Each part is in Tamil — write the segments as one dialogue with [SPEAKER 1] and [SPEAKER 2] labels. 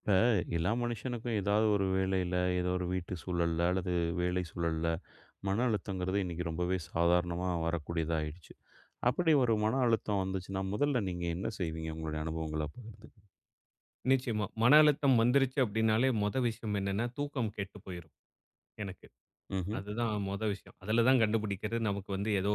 [SPEAKER 1] இப்போ எல்லா மனுஷனுக்கும் ஏதாவது ஒரு வேலையில் ஏதோ ஒரு வீட்டு சூழல்ல அல்லது வேலை சூழல்ல மன அழுத்தங்கிறது இன்றைக்கி ரொம்பவே சாதாரணமாக வரக்கூடியதாகிடுச்சு. அப்படி ஒரு மன அழுத்தம் வந்துச்சுன்னா முதல்ல நீங்கள் என்ன செய்வீங்க? உங்களுடைய அனுபவங்களை பகிர்ந்துக்கு.
[SPEAKER 2] நிச்சயமா. மன அழுத்தம் வந்துருச்சு அப்படின்னாலே மொத விஷயம் என்னன்னா, தூக்கம் கெட்டு போயிரும் எனக்கு.
[SPEAKER 1] ம்.
[SPEAKER 2] அதுதான் மொத விஷயம். அதுல தான் கண்டுபிடிக்கிறது நமக்கு வந்து ஏதோ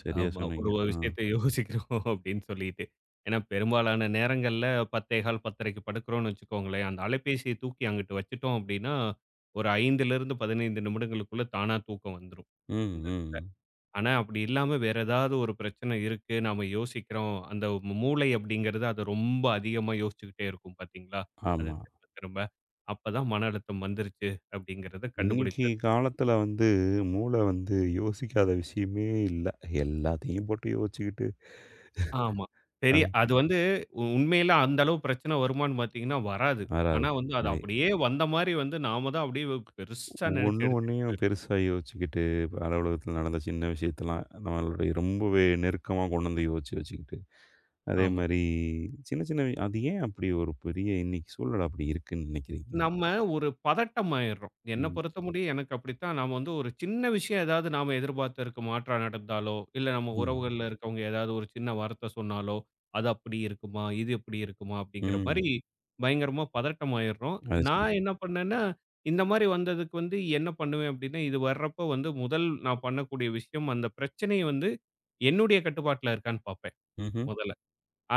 [SPEAKER 1] சரியா
[SPEAKER 2] ஆமா ஒரு
[SPEAKER 1] சொன்னீங்க ஆ.
[SPEAKER 2] விஷயத்த யோசிக்கிறோம் அப்படின்னு சொல்லிட்டு. ஏன்னா பெரும்பாலான நேரங்கள்ல 10:15 10:30க்கு படுக்கிறோம்னு வச்சுக்கோங்களேன், அந்த அலைபேசியை தூக்கி அங்கிட்டு வச்சுட்டோம் அப்படின்னா, ஒரு 5லிருந்து 15 நிமிடங்களுக்குள்ள தானா தூக்கம் வந்துரும்.
[SPEAKER 1] ம். ம்.
[SPEAKER 2] ஆனா, அப்படி இல்லாம வேற ஏதாவது ஒரு பிரச்சனை இருக்கு. நாம யோசிக்கிறோம். அந்த மூளை அப்படிங்கிறது அத ரொம்ப அதிகமா யோசிச்சுக்கிட்டே இருக்கும் பார்த்தீங்களா? அத
[SPEAKER 1] ஆமாம்.
[SPEAKER 2] திரும்ப திரும்ப. அப்பதான் மன அழுத்தம் வந்துருச்சு அப்படிங்கிறத
[SPEAKER 1] இன்னைக்கு
[SPEAKER 2] கண்டுபிடிக்கிறது.
[SPEAKER 1] காலத்தில் வந்து மூளை வந்து யோசிக்காத விஷயமே இல்லை, எல்லாத்தையும் போட்டு யோசிச்சுக்கிட்டு,
[SPEAKER 2] ஆமா. சரி
[SPEAKER 1] அது
[SPEAKER 2] அது வந்து உண்மையில அந்த அளவு பிரச்சனை வருமான்னு பார்த்தீங்கன்னா வராது.
[SPEAKER 1] வராது.
[SPEAKER 2] ஆனா வந்து அது
[SPEAKER 1] சரி.
[SPEAKER 2] அப்படியே வந்த மாரி வந்து நாம தான் அப்படியே பெருசா நினைச்சு
[SPEAKER 1] ஒண்ணு
[SPEAKER 2] எடுத்துட்டு
[SPEAKER 1] ஒண்ணையும்
[SPEAKER 2] போயிருவோம்.
[SPEAKER 1] பெருசா யோசிச்சுக்கிட்டு, அலுவலகத்துல நடந்த சின்ன விஷயத்தெல்லாம் நம்மளுடைய ரொம்பவே நெருக்கமா கொண்டு வந்து யோசிச்சு வச்சுக்கிட்டு, அதே
[SPEAKER 2] ஆமா.
[SPEAKER 1] மாரி சின்ன சின்ன வி அது ஏன் அப்படி ஒரு பெரிய இன்னைக்கு சூழல் அப்படி இருக்குன்னு நினைக்கிறீங்க?
[SPEAKER 2] நம்ம ஒரு பதட்டம் ஆயிடுறோம். என்ன
[SPEAKER 1] ம்,
[SPEAKER 2] பொறுத்தமுடியும் எனக்கு அப்படித்தான். நாம வந்து ஒரு சின்ன விஷயம் ஏதாவது நாம எதிர்பார்த்ததற்கு மாற்றா நடந்தாலோ, இல்ல நம்ம
[SPEAKER 1] ம்,
[SPEAKER 2] உறவுகள்ல இருக்கவங்க ஏதாவது ஒரு சின்ன வார்த்தை சொன்னாலோ, அது அப்படி இருக்குமா? இது இப்படி இருக்குமா? அப்படிங்கிற மாரி
[SPEAKER 1] ம்.
[SPEAKER 2] பயங்கரமா பதட்டம் ஆயிடுறோம்.
[SPEAKER 1] அது சரி.
[SPEAKER 2] நான் என்ன பண்ணேன்னா, இந்த மாரி வந்ததுக்கு வந்து என்ன பண்ணுவேன் அப்படின்னா, இது வர்றப்போ வந்து முதல் நான் பண்ணக்கூடிய விஷயம் அந்த பிரச்சனைய வந்து என்னுடைய கட்டுப்பாட்டுல இருக்கான்னு பார்ப்பேன்
[SPEAKER 1] ம்ஹ்ம்.
[SPEAKER 2] முதல்ல.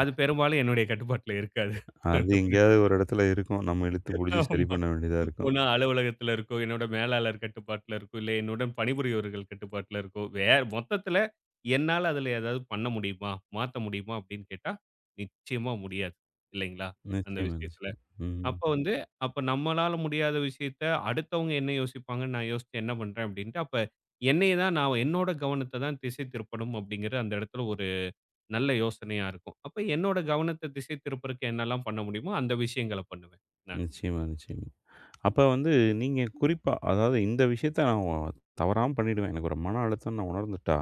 [SPEAKER 2] அது பெரும்பாலும் என்னுடைய கட்டுப்பாட்டுல இருக்காது.
[SPEAKER 1] அது
[SPEAKER 2] அந்த
[SPEAKER 1] எங்கேயாவது
[SPEAKER 2] பிரச்சனை.
[SPEAKER 1] ஒரு இடத்துல இருக்கும். நம்ம இழுத்து புடிச்சு சரி
[SPEAKER 2] ஆமா.
[SPEAKER 1] பண்ண வேண்டியதா இருக்கும்.
[SPEAKER 2] ஒண்ணு அலுவலகத்துல இருக்கும், என்னோட மேலாளர் கட்டுப்பாட்டுல இருக்கும், இல்ல என்னுடன் பணிபுரியவர்கள் கட்டுப்பாட்டுல இருக்கும். மொத்தத்துல என்னால அதுல ஏதாவது பண்ண முடியுமா? மாத்த முடியுமா? அப்படின்னு கேட்டா, நிச்சயமா முடியாது. இல்லைங்களா? அந்த
[SPEAKER 1] நிச்சயமா,
[SPEAKER 2] விஷயத்துல.
[SPEAKER 1] நிச்சயமா. ம்.
[SPEAKER 2] அப்ப வந்து அப்ப நம்மளால முடியாத விஷயத்த அடுத்தவங்க என்ன யோசிப்பாங்கன்னு நான் யோசிச்சு என்ன பண்றேன் அப்படின்ட்டு, அப்ப என்னைய தான் நான் என்னோட கவனத்த தான் திசை திருப்பணும் அப்படிங்கிற அந்த இடத்துல ஒரு நல்ல யோசனையா இருக்கும். அப்ப என்னோட கவனத்த திசை திருப்புறக்கு என்னெல்லாம் பண்ண முடியுமோ அந்த விஷயங்கள பண்ணுவேன் நானு.
[SPEAKER 1] நிச்சயமா, நிச்சயமா. அப்ப வந்து நீங்க குறிப்பா அதாவது இந்த விஷயத்த நான் தவறாம பண்ணிடுவேன். எனக்கு ஒரு மன அழுத்தம்னு நான் உணர்ந்துட்டா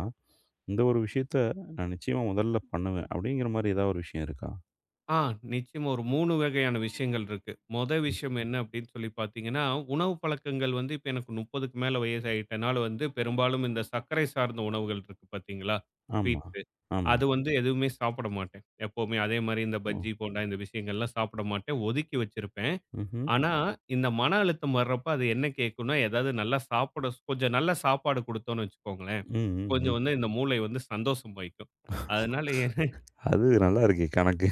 [SPEAKER 1] இந்த ஒரு விஷயத்த நான் நிச்சயமா முதல்ல பண்ணுவேன். அப்படிங்கிற மாரி ஏதாவது ஒரு விஷயம் இருக்கா?
[SPEAKER 2] ஆ நிச்சயமா ஒரு 3 வகையான விஷயங்கள் இருக்கு. மொத
[SPEAKER 1] ம்.
[SPEAKER 2] விஷயம் என்ன அப்படின்னு சொல்லி பார்த்தீங்கன்னா, உணவு பழக்கங்கள் வந்து இப்ப எனக்கு 30க்கு மேல வயசாயிட்டனால வந்து பெரும்பாலும் இந்த சர்க்கரை சார்ந்த உணவுகள் இருக்கு பார்த்தீங்களா?
[SPEAKER 1] ஆமா.
[SPEAKER 2] ஸ்வீட்ஸு.
[SPEAKER 1] ஆமா.
[SPEAKER 2] அது வந்து எதுவுமே சாப்பிட மாட்டேன். எப்பவுமே அதே மாரி இந்த
[SPEAKER 1] ஓ!
[SPEAKER 2] பஜ்ஜி, போண்டா இந்த விஷயங்கள்லாம் சாப்பிட மாட்டேன். ஒதுக்கி வச்சிருப்பேன்.
[SPEAKER 1] ம்ஹ்ம்.
[SPEAKER 2] ஆனா, இந்த மன அழுத்தம் வர்றப்ப அது என்ன கேட்கும்னா, ஏதாவது நல்லா சாப்பிட கொஞ்சம் நல்ல சாப்பாடு குடுத்தோம்னு வச்சுக்கோங்களேன்,
[SPEAKER 1] ம், ம், ம்.
[SPEAKER 2] கொஞ்சம் வந்து இந்த மூளை வந்து சந்தோஷம் வைக்கும். அதனால
[SPEAKER 1] அது நல்லா இருக்கே கணக்கு.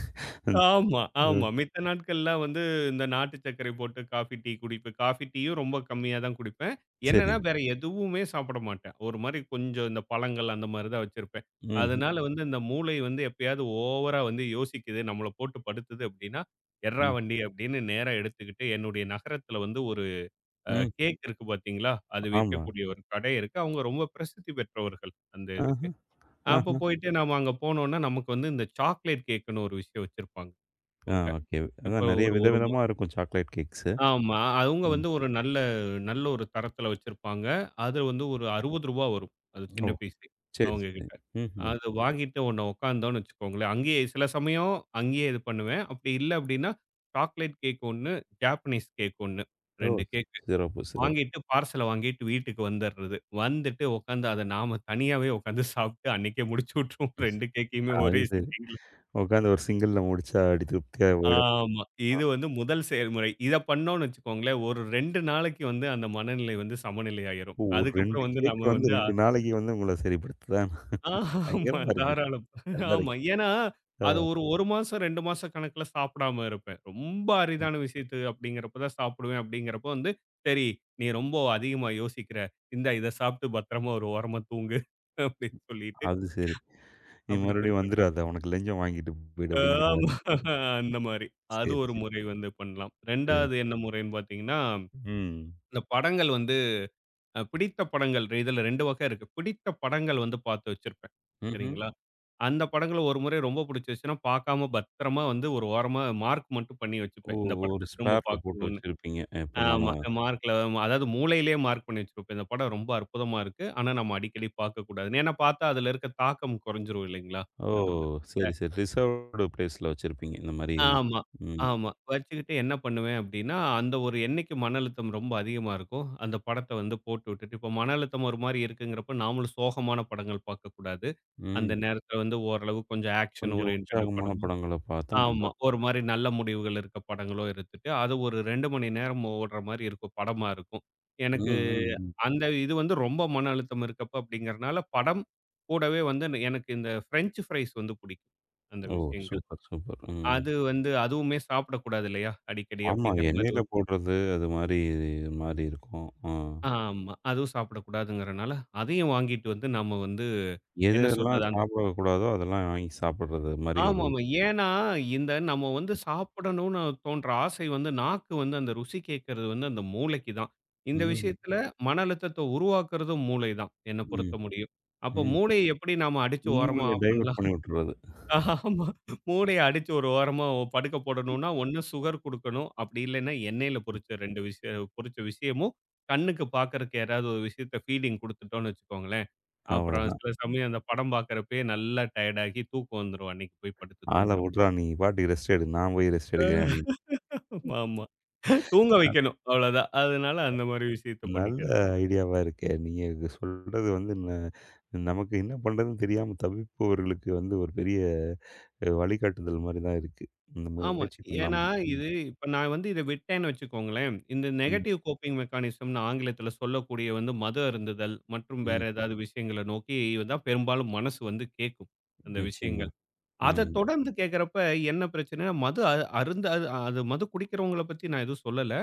[SPEAKER 1] ம்.
[SPEAKER 2] ஆமா, ஆமா.
[SPEAKER 1] ம்.
[SPEAKER 2] மித்த நாட்கள்லாம் வந்து இந்த நாட்டு சர்க்கரை போட்டு காஃபி, டீ குடிப்பேன். காஃபி, டீயும் ரொம்ப கம்மியா தான் குடிப்பேன். என்னன்னா,
[SPEAKER 1] சரி.
[SPEAKER 2] வேற எதுவுமே சாப்பிட மாட்டேன். ஒரு மாரி கொஞ்சம் இந்த பழங்கள் அந்த மாரி தான் வச்சிருப்பேன்.
[SPEAKER 1] ம்ஹ்ம்.
[SPEAKER 2] அதனால வந்து இந்த மூளை வந்து எப்பயாவது ஓவரா வந்து யோசிக்குது, நம்மள போட்டு படுத்துது அப்டின்னா, எட்றா
[SPEAKER 1] ம்.
[SPEAKER 2] வண்டி அப்டின்னு நேரா எடுத்துக்கிட்டு என்னுடைய நகரத்துல வந்து ஒரு அ
[SPEAKER 1] ம். ம்.
[SPEAKER 2] கேக் இருக்கு பாத்தீங்களா? அது
[SPEAKER 1] ஆமா.
[SPEAKER 2] விற்கக்கூடிய ஒரு கடை இருக்கு. அவங்க ரொம்ப பிரசித்தி பெற்றவர்கள் அந்த
[SPEAKER 1] ஆஹ.
[SPEAKER 2] இதுக்கு. அப்ப
[SPEAKER 1] ஆஹ.
[SPEAKER 2] போயிட்டு நாம அங்க போனோம்னா, நமக்கு வந்து இந்த சாக்லேட் கேக்குன்னு ஒரு விஷயம் வச்சிருப்பாங்க
[SPEAKER 1] ஆ,
[SPEAKER 2] அவங்க.
[SPEAKER 1] ஓகே.
[SPEAKER 2] இப்ப
[SPEAKER 1] அதான் நெறைய
[SPEAKER 2] ஒரு ஒரு ம
[SPEAKER 1] விதவிதமா இருக்கும் சாக்லேட் கேக்ஸு.
[SPEAKER 2] ஆமா. அவுங்க
[SPEAKER 1] ம்.
[SPEAKER 2] வந்து ஒரு நல்ல நல்ல ஒரு தரத்துல வச்சிருப்பாங்க. அது வந்து ஒரு ரூ. 60 வரும். அது
[SPEAKER 1] ஓ!
[SPEAKER 2] சின்ன பீஸு
[SPEAKER 1] சரி,
[SPEAKER 2] அவங்க
[SPEAKER 1] சரி.
[SPEAKER 2] கிட்ட.
[SPEAKER 1] ம்ஹ்ம்.
[SPEAKER 2] அது வாங்கிட்டு உன்ன உட்காந்தோம்னு வச்சுக்கோங்களேன், அங்கேயே சில சமயம் அங்கேயே இது பண்ணுவேன். அப்படி இல்ல அப்படின்னா, சாக்லேட் கேக் 1, ஜாப்பனீஸ் கேக் 1,
[SPEAKER 1] ஓ!
[SPEAKER 2] 2 கேக்
[SPEAKER 1] சிறப்பு, சிறப்பு.
[SPEAKER 2] வாங்கிட்டு பார்சல வாங்கிட்டு வீட்டுக்கு வந்துடுறது. வந்துட்டு உட்காந்து அத நாம தனியாவே உட்காந்து சாப்பிட்டு அன்னைக்கே முடிச்சு விட்டுருவோம் 2 கேக்கையுமே
[SPEAKER 1] அது
[SPEAKER 2] ஒரே
[SPEAKER 1] சரி.
[SPEAKER 2] சிட்டிங்ல.
[SPEAKER 1] உட்காந்து ஒரு சிங்கிள்ல முடிச்சா அடி திருப்தியா போயிடும்.
[SPEAKER 2] ஆமா. இது வந்து முதல் செயல்முறை. இத பண்ணோம்னு வச்சுக்கோங்களேன், ஒரு 2 நாளைக்கு வந்து அந்த மனநிலை வந்து சமநிலை ஆயிரும்.
[SPEAKER 1] ஓ, ஒரு 2
[SPEAKER 2] அதுக்கப்புறம் வந்து
[SPEAKER 1] கேக்
[SPEAKER 2] நம்ம
[SPEAKER 1] வந்து
[SPEAKER 2] வந்து
[SPEAKER 1] 2 நாளைக்கு வந்து உங்கள சரிப்படுத்துதா?
[SPEAKER 2] ஆமா
[SPEAKER 1] பயங்கரமா இருக்கு.
[SPEAKER 2] தாராளம். ஆமா.
[SPEAKER 1] நல்லாருக்கு.
[SPEAKER 2] ஏன்னா,
[SPEAKER 1] ஆ.
[SPEAKER 2] அது ஒரு 1 மாசம், 2 மாசம் கணக்குல சாப்பிடாம இருப்பேன். ரொம்ப
[SPEAKER 1] ம்.
[SPEAKER 2] அரிதான விஷயத்து அப்படிங்கிறப்ப தான் சாப்பிடுவேன் அப்படிங்கிறப்ப வந்து, சரி நீ ரொம்ப அதிகமா யோசிக்கிற. இந்தா இத சாப்பிட்டு பத்திரமா ஒரு ஓரமா தூங்கு அப்படின்னு சொல்லிட்டு
[SPEAKER 1] அது சரி. நீ
[SPEAKER 2] அப்படி
[SPEAKER 1] மறுபடியும்
[SPEAKER 2] திருப்பேன்.
[SPEAKER 1] வந்துராத. உனக்கு லஞ்சம் வாங்கிட்டு போயிடு அப்படிங்கிற
[SPEAKER 2] ஆமா
[SPEAKER 1] மாரி.
[SPEAKER 2] அந்த மாரி. அது
[SPEAKER 1] சரி,
[SPEAKER 2] ஒரு
[SPEAKER 1] சரி.
[SPEAKER 2] முறை வந்து பண்ணலாம்.
[SPEAKER 1] சரி.
[SPEAKER 2] 2வது என்ன முறைன்னு பார்த்தீங்கன்னா
[SPEAKER 1] ம்.
[SPEAKER 2] இந்த படங்கள் வந்து பிடித்த படங்கள் இதுல 2 வகை இருக்கு. பிடித்த படங்கள் வந்து பார்த்து வச்சிருப்பேன்.
[SPEAKER 1] ம்ஹ்ம்.
[SPEAKER 2] சரிங்களா? அந்த படங்கள ஒரு முறை ரொம்ப பிடிச்சிருச்சுன்னா, பார்க்காம பத்திரமா வந்து ஒரு ஓரமா மார்க் மட்டும் பண்ணி
[SPEAKER 1] ஓ!
[SPEAKER 2] வச்சுப்பேன். இந்த
[SPEAKER 1] ஒரு
[SPEAKER 2] படத்த திரும்ப
[SPEAKER 1] ஸ்பேர்ல போட்டு
[SPEAKER 2] பார்க்கணும்னு.
[SPEAKER 1] வச்சிருப்பீங்க. எப்ப நானு.
[SPEAKER 2] ஆமா. மார்க்ல அதாவது மூளையிலேயே மார்க் பண்ணி வச்சிருப்பேன். இந்த படம் ரொம்ப அற்புதமா இருக்கு. ஆனா நம்ம அடிக்கடி பார்க்கக்கூடாதுன்னு. ஏன்னா பார்த்தா அதுல இருக்க தாக்கம் குறைஞ்சிரும் இல்லைங்களா?
[SPEAKER 1] ஓ!
[SPEAKER 2] அந்த மாரி.
[SPEAKER 1] சரி, சரி. ரிசர்வ்டு பிளேஸ்ல வச்சிருப்பீங்க. இந்த மாரி.
[SPEAKER 2] ஆமா,
[SPEAKER 1] ம்.
[SPEAKER 2] ஆமா. வச்சுக்கிட்டு என்ன பண்ணுவேன் அப்டின்னா, அந்த ஒரு என்னைக்கு மன அழுத்தம் ரொம்ப அதிகமா இருக்கோ, அந்த படத்த வந்து போட்டு விட்டுட்டு இப்போ மன அழுத்தம் ஒரு மாரி இருக்குங்கிறப்ப, நாமளும் சோகமான படங்கள் பார்க்கக்கூடாது. அந்த
[SPEAKER 1] ம்.
[SPEAKER 2] நேரத்துல வந்து ஓரளவு கொஞ்சம் ஆக்ஷன்
[SPEAKER 1] கொஞ்சம்
[SPEAKER 2] ஓரியன்டட்
[SPEAKER 1] உற்சாகமான
[SPEAKER 2] படமா
[SPEAKER 1] படங்கள பார்த்தா
[SPEAKER 2] ஆமா.
[SPEAKER 1] நல்லாருக்கும்.
[SPEAKER 2] ஒரு மாரி நல்ல முடிவுகள் இருக்க படங்களோ எடுத்துட்டு, அது ஒரு 2 மணி நேரம் ஓடுற மாரி இருக்கும். படமா இருக்கும்.
[SPEAKER 1] ம்,
[SPEAKER 2] எனக்கு
[SPEAKER 1] ம், ம்.
[SPEAKER 2] அந்த இது வந்து ரொம்ப மன அழுத்தம் இருக்கப்ப அப்படிங்கிறனால, படம் கூடவே வந்து எனக்கு இந்த பிரெஞ்ச் ஃப்ரைஸ் வந்து பிடிக்கும். அந்த
[SPEAKER 1] ஓ!
[SPEAKER 2] விஷயங்கள்.
[SPEAKER 1] Super, super. ம்.
[SPEAKER 2] அது வந்து அதுவுமே சாப்பிடக்கூடாது இல்லையா? அடிக்கடி
[SPEAKER 1] ஆமா.
[SPEAKER 2] அப்படிங்கிற மாரி
[SPEAKER 1] எண்ணெயில
[SPEAKER 2] ஒரு
[SPEAKER 1] போடுறது அது மாரி மாரி இருக்கும். ஆ.
[SPEAKER 2] ஆமா. அதுவும் சாப்பிடக்கூடாதுங்கிறனால, அதையும் வாங்கிட்டு வந்து நம்ம வந்து
[SPEAKER 1] எது
[SPEAKER 2] என்ன சொல்றது?
[SPEAKER 1] எதெல்லாம்
[SPEAKER 2] அந்த
[SPEAKER 1] சாப்பிடக்கூடாதோ அதெல்லாம் வாங்கி சாப்பிடுறது மாரி ஒரு
[SPEAKER 2] ஆமாமா. ஏன்னா, இந்த நம்ம வந்து சாப்பிடணும்னு தோன்ற ஆசை வந்து நாக்கு வந்து அந்த ருசி கேட்கிறது வந்து அந்த மூளைக்கு தான். இந்த
[SPEAKER 1] ம்,
[SPEAKER 2] விஷயத்தில மன அழுத்தத்த உருவாக்குறதும் மூளை தான், என்ன பொறுத்த
[SPEAKER 1] ம்.
[SPEAKER 2] முடியும். அப்போ
[SPEAKER 1] ம்.
[SPEAKER 2] மூளைய எப்படி நாம அடிச்சு ஓரமா
[SPEAKER 1] மூளைய
[SPEAKER 2] ஆஃப்
[SPEAKER 1] டைவர்ட்
[SPEAKER 2] பண்ணலாம்?
[SPEAKER 1] பண்ணி விட்டுறது.
[SPEAKER 2] ஆமா. மூடைய அடிச்சு ஒரு ஓரமா படுக்க போடணும்னா, ஒண்ணு சுகர் குடுக்கணும். அப்படி இல்லைன்னா, எண்ணெயில பொரிச்ச 2 விஷயம் பொரிச்ச விஷயமும், கண்ணுக்கு பார்க்கறக்கு யாராவது ஒரு விஷயத்த ஃபீடிங் குடுத்துட்டோம்னு வச்சுக்கோங்களேன், அப்புறம்
[SPEAKER 1] அவ்வளதான்.
[SPEAKER 2] சில சமயம் அந்த படம் பார்க்கறப்பயே நல்லா டயர்ட் ஆகி தூக்கம் வந்துரும். அன்னைக்கு போய் படுத்து
[SPEAKER 1] ஆள
[SPEAKER 2] தூங்குறப்ப.
[SPEAKER 1] விட்றா, நீ பாட்டுக்கு ரெஸ்ட் எடு. நான் போய் ரெஸ்ட் எடுக்கிறேன் அப்படின்னு.
[SPEAKER 2] ஆமா. ஆமா. தூங்க
[SPEAKER 1] நல்
[SPEAKER 2] வைக்கணும். அவ்வளவுதான். அதனால அந்த மாரி விஷயத்த
[SPEAKER 1] நல்ல
[SPEAKER 2] பண்ணிக்கிறது.
[SPEAKER 1] ஐடியாவா இருக்கே. நீங்க இது சொல்றது வந்து நமக்கு என்ன பண்றதுன்னு தெரியாம தவிப்பவர்களுக்கு வந்து ஒரு பெரிய வழிகாட்டுதல் மாரி தான் இருக்கு. இந்த
[SPEAKER 2] ஆமா.
[SPEAKER 1] முயற்சி பண்ணலாம்.
[SPEAKER 2] ஏன்னா,
[SPEAKER 1] ம்.
[SPEAKER 2] இது இப்ப நான் வந்து இத விட்டேன்னு வச்சுக்கோங்களேன், இந்த
[SPEAKER 1] ம்.
[SPEAKER 2] நெகட்டிவ் கோப்பிங் மெக்கானிசம்னு ஆங்கிலத்தில சொல்லக்கூடிய வந்து மது அருந்துதல் மற்றும் வேற
[SPEAKER 1] ம்.
[SPEAKER 2] ஏதாவது விஷயங்கள நோக்கி தான் பெரும்பாலும் மனசு வந்து கேக்கும். அந்த
[SPEAKER 1] நிச்சயமா.
[SPEAKER 2] விஷயங்கள். அத
[SPEAKER 1] ம்.
[SPEAKER 2] தொடர்ந்து கேட்கிறப்ப என்ன பிரச்சனைன்னா, மது அ அருந்த அது அது மது குடிக்கிறவங்கள பத்தி நான் எதுவும் சொல்லல.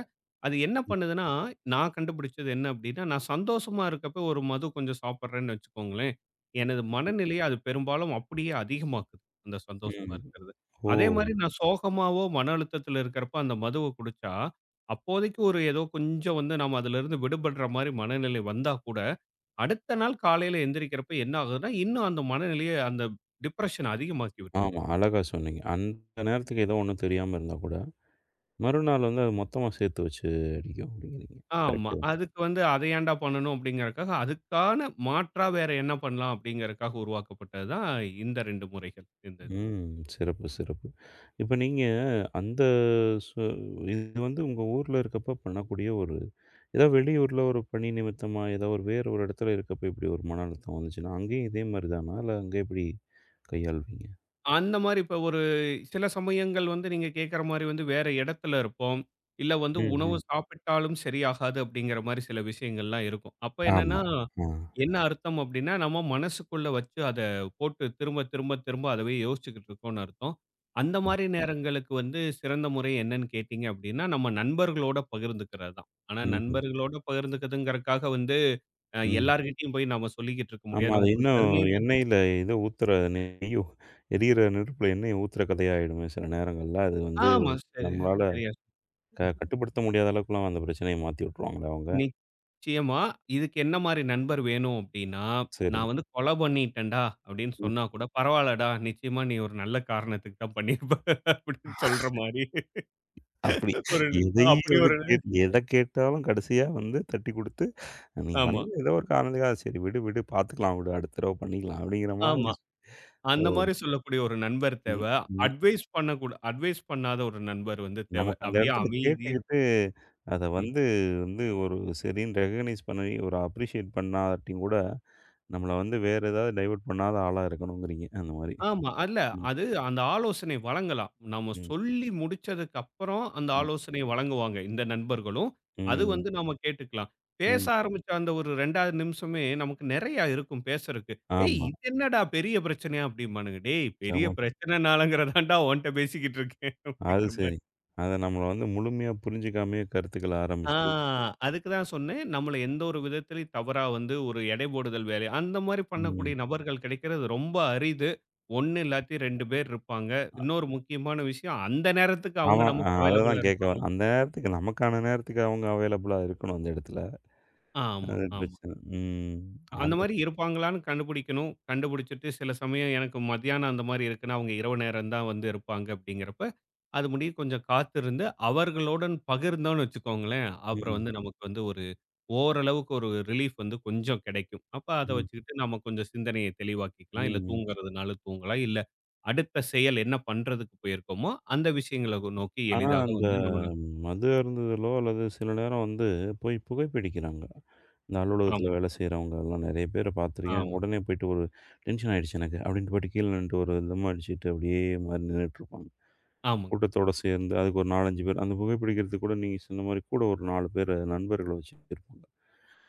[SPEAKER 2] அது என்ன பண்ணுதுன்னா, நான் கண்டுபிடிச்சது என்ன அப்படின்னா, நான் சந்தோஷமா இருக்கப்ப ஒரு மது கொஞ்சம் சாப்பிடுறேன்னு வச்சுக்கோங்களேன், எனது மனநிலைய அது பெரும்பாலும் அப்படியே அதிகமாக்குது. அந்த சந்தோஷமா
[SPEAKER 1] ம்.
[SPEAKER 2] இருக்கிறது.
[SPEAKER 1] ஓ!
[SPEAKER 2] அதே மாரி நான் சோகமாவோ, மன அழுத்தத்தில இருக்கிறப்ப அந்த மதுவ குடிச்சா, அப்போதைக்கு ஒரு ஏதோ கொஞ்சம் வந்து நம்ம அதிலிருந்து விடுபடுற மாரி மனநிலை வந்தா கூட, அடுத்த நாள் காலையில எந்திரிக்கிறப்ப என்ன ஆகுதுன்னா, இன்னும் அந்த மனநிலைய அந்த டிப்ரஷன் அதிகமாக்கி விட்டுருது.
[SPEAKER 1] ஆமா. அழகா சொன்னீங்க. அந்த நேரத்துக்கு ஏதோ ஒண்ணு தெரியாம இருந்தா கூட, மறுநாள் வந்து அது மொத்தமா சேர்த்து வச்சு அடிக்கும் அப்படிங்கிறீங்க.
[SPEAKER 2] ஆமா.
[SPEAKER 1] கரெக்ட்.
[SPEAKER 2] அதுக்கு வந்து அத ஏன்டா பண்ணணும் அப்படிங்கிறதுக்காக, அதுக்கான மாற்றா வேற என்ன பண்ணலாம் அப்படிங்கிறதுக்காக உருவாக்கப்பட்டது தான் இந்த 2 முறைகள் இந்த இது.
[SPEAKER 1] ம். சிறப்பு, சிறப்பு. இப்ப நீங்க அந்த சு இது வந்து உங்க ஊர்ல இருக்கப்ப பண்ணக்கூடிய ஒரு ஏதா வெளியூர்ல ஒரு பணி நிமித்தமா, ஏதோ ஒரு வேற ஒரு இடத்துல இருக்கப்ப இப்படி ஒரு மன அழுத்தம் வந்துச்சுன்னா, அங்கேயும் இதே மாரி தானா? இல்ல அங்க எப்படி கையாள்வீங்க?
[SPEAKER 2] அந்த மாரி இப்ப ஒரு சில சமயங்கள் வந்து நீங்க கேட்கிற மாரி வந்து வேற இடத்துல இருப்போம். இல்ல வந்து
[SPEAKER 1] ம்,
[SPEAKER 2] உணவு
[SPEAKER 1] ம்.
[SPEAKER 2] சாப்பிட்டாலும் சரியாகாது அப்படிங்கிற மாரி சில விஷயங்கள்லாம் இருக்கும். அப்ப என்னன்னா
[SPEAKER 1] ஆமா. ஆ.
[SPEAKER 2] என்ன அர்த்தம் அப்படின்னா, நம்ம மனசுக்குள்ள வச்சு அத போட்டு திரும்ப, திரும்ப, திரும்ப அதவே யோசிச்சுக்கிட்டு இருக்கோம்னு அர்த்தம். அந்த மாரி நேரங்களுக்கு வந்து சிறந்த முறை என்னன்னு கேட்டீங்க அப்படின்னா, நம்ம நண்பர்களோட பகிர்ந்துக்கிறது தான். ஆனா
[SPEAKER 1] ம்ஹ்ம். ம்.
[SPEAKER 2] நண்பர்களோட பகிர்ந்துக்கிறதுங்கிறதுக்காக வந்து
[SPEAKER 1] ம்.
[SPEAKER 2] எல்லார்கிட்டயும் போய் நாம சொல்லிக்கிட்டு இருக்க
[SPEAKER 1] ஆமா.
[SPEAKER 2] முடியாது.
[SPEAKER 1] அது
[SPEAKER 2] நமக்கு ஒரு
[SPEAKER 1] இன்னும்
[SPEAKER 2] 15
[SPEAKER 1] எண்ணெயில இத ஊத்துற நெய் எரியிற நெருப்புல எண்ணெய ஊத்துற கதையா ஆயிடுமே சில நேரங்கள்ல. அது வந்து
[SPEAKER 2] ஆமா சரியா,
[SPEAKER 1] நம்மளால
[SPEAKER 2] சரியா ம்.
[SPEAKER 1] கட்டுப்படுத்த முடியாத அளவுக்குலாம் அந்த பிரச்சனைய மாத்தி விட்டுருவாங்களா அவங்க?
[SPEAKER 2] நிச்சயமா. இதுக்கு என்ன மாரி நண்பர் வேணும் அப்படின்னா,
[SPEAKER 1] சரி.
[SPEAKER 2] "நான் வந்து கொலை பண்ணிட்டேன்டா" அப்படின்னு சொன்னா கூட, "பரவாயில்லடா, நிச்சயமா நீ ஒரு நல்ல காரணத்துக்கு தான் பண்ணியிருப்ப" அப்படின்னு சொல்ற மாரி
[SPEAKER 1] அப்படி.
[SPEAKER 2] ஒரு அப்படி
[SPEAKER 1] எதையும் வந்து
[SPEAKER 2] ஒரு
[SPEAKER 1] எத கேட்டாலும் கடைசியா வந்து தட்டி குடுத்து, "நீ
[SPEAKER 2] ஆமா,
[SPEAKER 1] பண்ணது ஏதோ ஒரு காரணத்துக்காக, சரி விடு, விடு பார்த்துக்கலாம் விடு. அடுத்த தடவ பண்ணிக்கலாம்." அப்படிங்கிற
[SPEAKER 2] ஆமா.
[SPEAKER 1] மாதிரி. ஓ!
[SPEAKER 2] அந்த மாரி சொல்லக்கூடிய ஒரு நண்பர் தேவ.
[SPEAKER 1] ம், ம்.
[SPEAKER 2] அட்வைஸ் பண்ணாத ஒரு நண்பர் வந்து தேவ.
[SPEAKER 1] நமக்கு அந்த
[SPEAKER 2] அப்படியே
[SPEAKER 1] இடத்துல
[SPEAKER 2] அமைதியா
[SPEAKER 1] கேட்டுக்கிட்டு, அத
[SPEAKER 2] ம்.
[SPEAKER 1] வந்து வந்து ஒரு சரின்னு ரெகக்னைஸ் பண்ணி, ஒரு அப்ரிஷியேட் பண்ணாட்டியும் கூட, நம்மள வந்து வேற ஏதாவது டைவர்ட் பண்ணாத ஆளா இருக்கணுங்கிறீங்க. அந்த மாரி.
[SPEAKER 2] ஆமா.
[SPEAKER 1] ம்,
[SPEAKER 2] அது அந்த ஆலோசனை வழங்கலாம். நம்ம
[SPEAKER 1] ம்,
[SPEAKER 2] சொல்லி முடிச்சதுக்கு அப்புறம் அந்த
[SPEAKER 1] ம்,
[SPEAKER 2] ஆலோசனை வழங்குவாங்க, இந்த நண்பர்களும். அது
[SPEAKER 1] ம்,
[SPEAKER 2] வந்து நாம கேட்டுக்கலாம். பேச
[SPEAKER 1] ம்.
[SPEAKER 2] ஆரம்பிச்ச அந்த ஒரு 2வது நிமிஷமே நமக்கு நெறையா இருக்கும் பேசறக்கு. "ஏய்
[SPEAKER 1] ஆமா.
[SPEAKER 2] இது என்னடா பெரிய பிரச்சனையா?" அப்படிம்பானுங்க. "டேய் பெரிய
[SPEAKER 1] சிரமம்.
[SPEAKER 2] பிரச்சனைனாலங்கிறதான்டா உன்ட்ட பேசிக்கிட்டு இருக்கேன்."
[SPEAKER 1] அது
[SPEAKER 2] அப்படிங்கிற மாரி.
[SPEAKER 1] சரி. அத நம்மள வந்து முழுமையா புரிஞ்சுக்காமயே கருத்துக்கள
[SPEAKER 2] ஆ
[SPEAKER 1] ஆரம்பிச்சு.
[SPEAKER 2] அதுக்கு தான் சொன்னேன். நம்மள எந்த ஒரு விதத்திலயும் தவறா வந்து ஒரு எடை போடுதல் வேலை அந்த மாரி பண்ணக்கூடிய
[SPEAKER 1] ம்.
[SPEAKER 2] நபர்கள் கிடைக்கிறது ரொம்ப அரிது. ஒண்ணு இல்லாட்டி 2 பேர் இருப்பாங்க. இன்னொரு முக்கியமான விஷயம் அந்த நேரத்துக்கு அவங்க
[SPEAKER 1] ஆமா.
[SPEAKER 2] நமக்கு அவைலபிளா
[SPEAKER 1] அததான் கேட்க வ
[SPEAKER 2] இருப்பாங்க.
[SPEAKER 1] அந்த நேரத்துக்கு நமக்கான நேரத்துக்கு அவங்க அவைலபிளா இருக்கணும் அந்த இடத்துல.
[SPEAKER 2] ஆமா,
[SPEAKER 1] அது
[SPEAKER 2] ஆமா.
[SPEAKER 1] பிரச்சனை. ம்.
[SPEAKER 2] அந்த
[SPEAKER 1] அது
[SPEAKER 2] மாரி இருப்பாங்களான்னு கண்டுபிடிக்கணும். கண்டுபிடிச்சுட்டு சில சமயம் எனக்கு மத்தியானம் அந்த மாரி இருக்குன்னா, அவங்க இரவு நேரம் தான் வந்து இருப்பாங்க அப்படிங்கிறப்ப, அது முடிய கொஞ்சம் காத்திருந்து அவர்களுடன் பகிர்ந்தோம்னு வச்சுக்கோங்களேன், அப்புறம்
[SPEAKER 1] ம்,
[SPEAKER 2] வந்து நமக்கு வந்து ஒரு ஓரளவுக்கு ஒரு ரிலீஃப் வந்து கொஞ்சம் கிடைக்கும். அப்ப அத
[SPEAKER 1] ம்,
[SPEAKER 2] வச்சுக்கிட்டு நம்ம கொஞ்சம் சிந்தனைய தெளிவாக்கிக்கலாம். இல்ல
[SPEAKER 1] ம்.
[SPEAKER 2] தூங்குறதுனாலும் தூங்கலாம். இல்ல அடுத்த செயல் என்ன பண்றதுக்கு போயிருக்கோமோ, அந்த விஷயங்கள நோக்கி
[SPEAKER 1] ஆனா
[SPEAKER 2] எளிதாக
[SPEAKER 1] அந்த
[SPEAKER 2] வந்து நம்மள
[SPEAKER 1] மது அருந்துதலோ அல்லது சில நேரம் வந்து போய் புகைப்பிடிக்கிறாங்க. இந்த
[SPEAKER 2] ஆமா,
[SPEAKER 1] அலுவலகத்தில வேலை செய்றவங்க எல்லாம் நெறைய பேர பார்த்துருக்கேன்.
[SPEAKER 2] ஆமா,
[SPEAKER 1] உடனே போயிட்டு ஒரு டென்ஷன் ஆயிடுச்சு எனக்கு அப்டின்ட்டு போயிட்டு கீழ நின்னுட்டு ஒரு தம் அடிச்சுட்டு அப்டியே மாரி நின்னுட்டு இருப்பாங்க.
[SPEAKER 2] ஆமாங்க,
[SPEAKER 1] கூட்டத்தோட சேர்ந்து அதுக்கு ஒரு 4, 5 பேர் அந்த புகைப்பிடிக்கிறதுக்கு கூட நீங்க சொன்ன மாரி கூட ஒரு 4 பேர் நண்பர்கள வச்சுருப்பாங்க.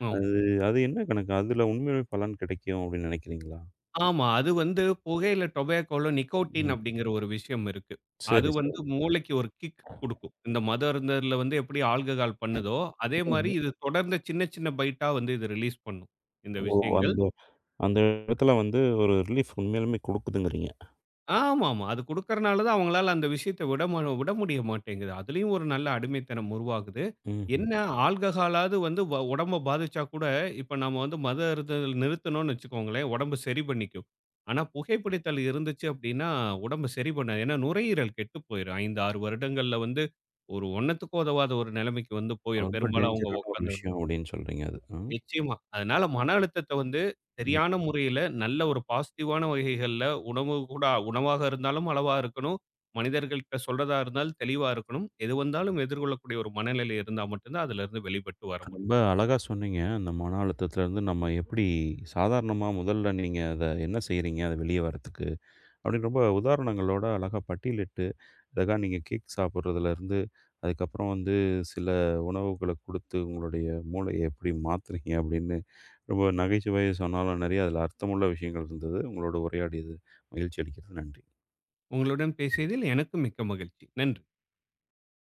[SPEAKER 2] ஆமா.
[SPEAKER 1] அது அது என்ன கணக்கு? அதுல உண்மையிலே பலன் கிடைக்கும் அப்படின்னு நினைக்கிறீங்களா?
[SPEAKER 2] ஆமா. அது வந்து புகையில டொபாக்கோல நிக்கோட்டின்
[SPEAKER 1] ம்.
[SPEAKER 2] அப்படிங்கிற ஒரு விஷயம் இருக்கு. அது
[SPEAKER 1] சரி,
[SPEAKER 2] வந்து
[SPEAKER 1] சரி.
[SPEAKER 2] மூளைக்கு ஒரு கிக் குடுக்கும். இந்த மது அருந்தல்ல வந்து எப்படி ஆல்கஹால் பண்ணுதோ, அதே மாரி
[SPEAKER 1] ம்.
[SPEAKER 2] இது தொடர்ந்து சின்ன சின்ன பைட்டா வந்து இது ரிலீஸ் பண்ணும். இந்த
[SPEAKER 1] ஓ!
[SPEAKER 2] விஷயங்கள்.
[SPEAKER 1] அந்த அந்த இடத்துல வந்து ஒரு ரிலீஃப் உண்மையாலுமே குடுக்குதுங்கிறீங்க.
[SPEAKER 2] ஆமாமா. அது குடுக்கறனால தான் அவங்களால அந்த விஷயத்த விட முடிய மாட்டேங்குது. அதுலயும் ஒரு நல்ல அடிமைத்தனம் உருவாகுது.
[SPEAKER 1] ம்ஹ்ம்.
[SPEAKER 2] என்ன ஆல்கஹாலாவது வந்து வ உடம்ப பாதிச்சா கூட, இப்ப நம்ம வந்து மது அருந்துதல் நிறுத்தணும்னு வச்சுக்கோங்களேன், உடம்பு சரி பண்ணிக்கும். ஆனா புகைப்பிடித்தல் இருந்துச்சு அப்படின்னா, உடம்பு சரி பண்ணாது. ஏன்னா நுரையீரல் கெட்டு போயிரும். 5, 6 வருடங்கள்ல வந்து ஒரு ஒண்ணத்துக்கு உதவாத ஒரு நிலைமைக்கு வந்து போயிரும்.
[SPEAKER 1] ரொம்ப
[SPEAKER 2] பெரும்பாலும் அவங்க
[SPEAKER 1] டேஞ்சரான ஒரு
[SPEAKER 2] உட்காந்து
[SPEAKER 1] விஷயம் அப்படின்னு சொல்றீங்க அது. அ.
[SPEAKER 2] நிச்சயமா. அதனால மன அழுத்தத்த வந்து
[SPEAKER 1] ம்.
[SPEAKER 2] சரியான முறையில நல்ல ஒரு பாசிட்டிவான வகைகள்ல உணவு கூட உணவாக இருந்தாலும் அளவா இருக்கணும். மனிதர்கள்ட்ட சொல்றதா இருந்தாலும் தெளிவா இருக்கணும். எது வந்தாலும் எதிர்கொள்ளக்கூடிய ஒரு மனநிலை இருந்தா மட்டும் தான் அதிலிருந்து வெளிப்பட்டு வர முடியும்.
[SPEAKER 1] ரொம்ப அழகா சொன்னீங்க. அந்த மன அழுத்தத்திலருந்து நம்ம எப்படி சாதாரணமா முதல்ல நீங்க அத என்ன செய்றீங்க? அத வெளிய வரதுக்கு அப்படின்னு ரொம்ப உதாரணங்களோட அழகா பட்டியலிட்டு, அழகா நீங்க கேக் சாப்பிடுறதுலருந்து, அதுக்கப்புறம் வந்து சில உணவுகள குடுத்து உங்களுடைய மூளைய எப்படி மாத்துறீங்க அப்படின்னு ரொம்ப நகைச்சுவை சொன்னாலும் நிறைய அதில் அர்த்தமுள்ள விஷயங்கள் இருந்தது. உங்களோட உரையாடியது மகிழ்ச்சி அளிக்கிறது. நன்றி.
[SPEAKER 2] உங்களுடன் பேசியதில் எனக்கு மிக்க மகிழ்ச்சி. நன்றி.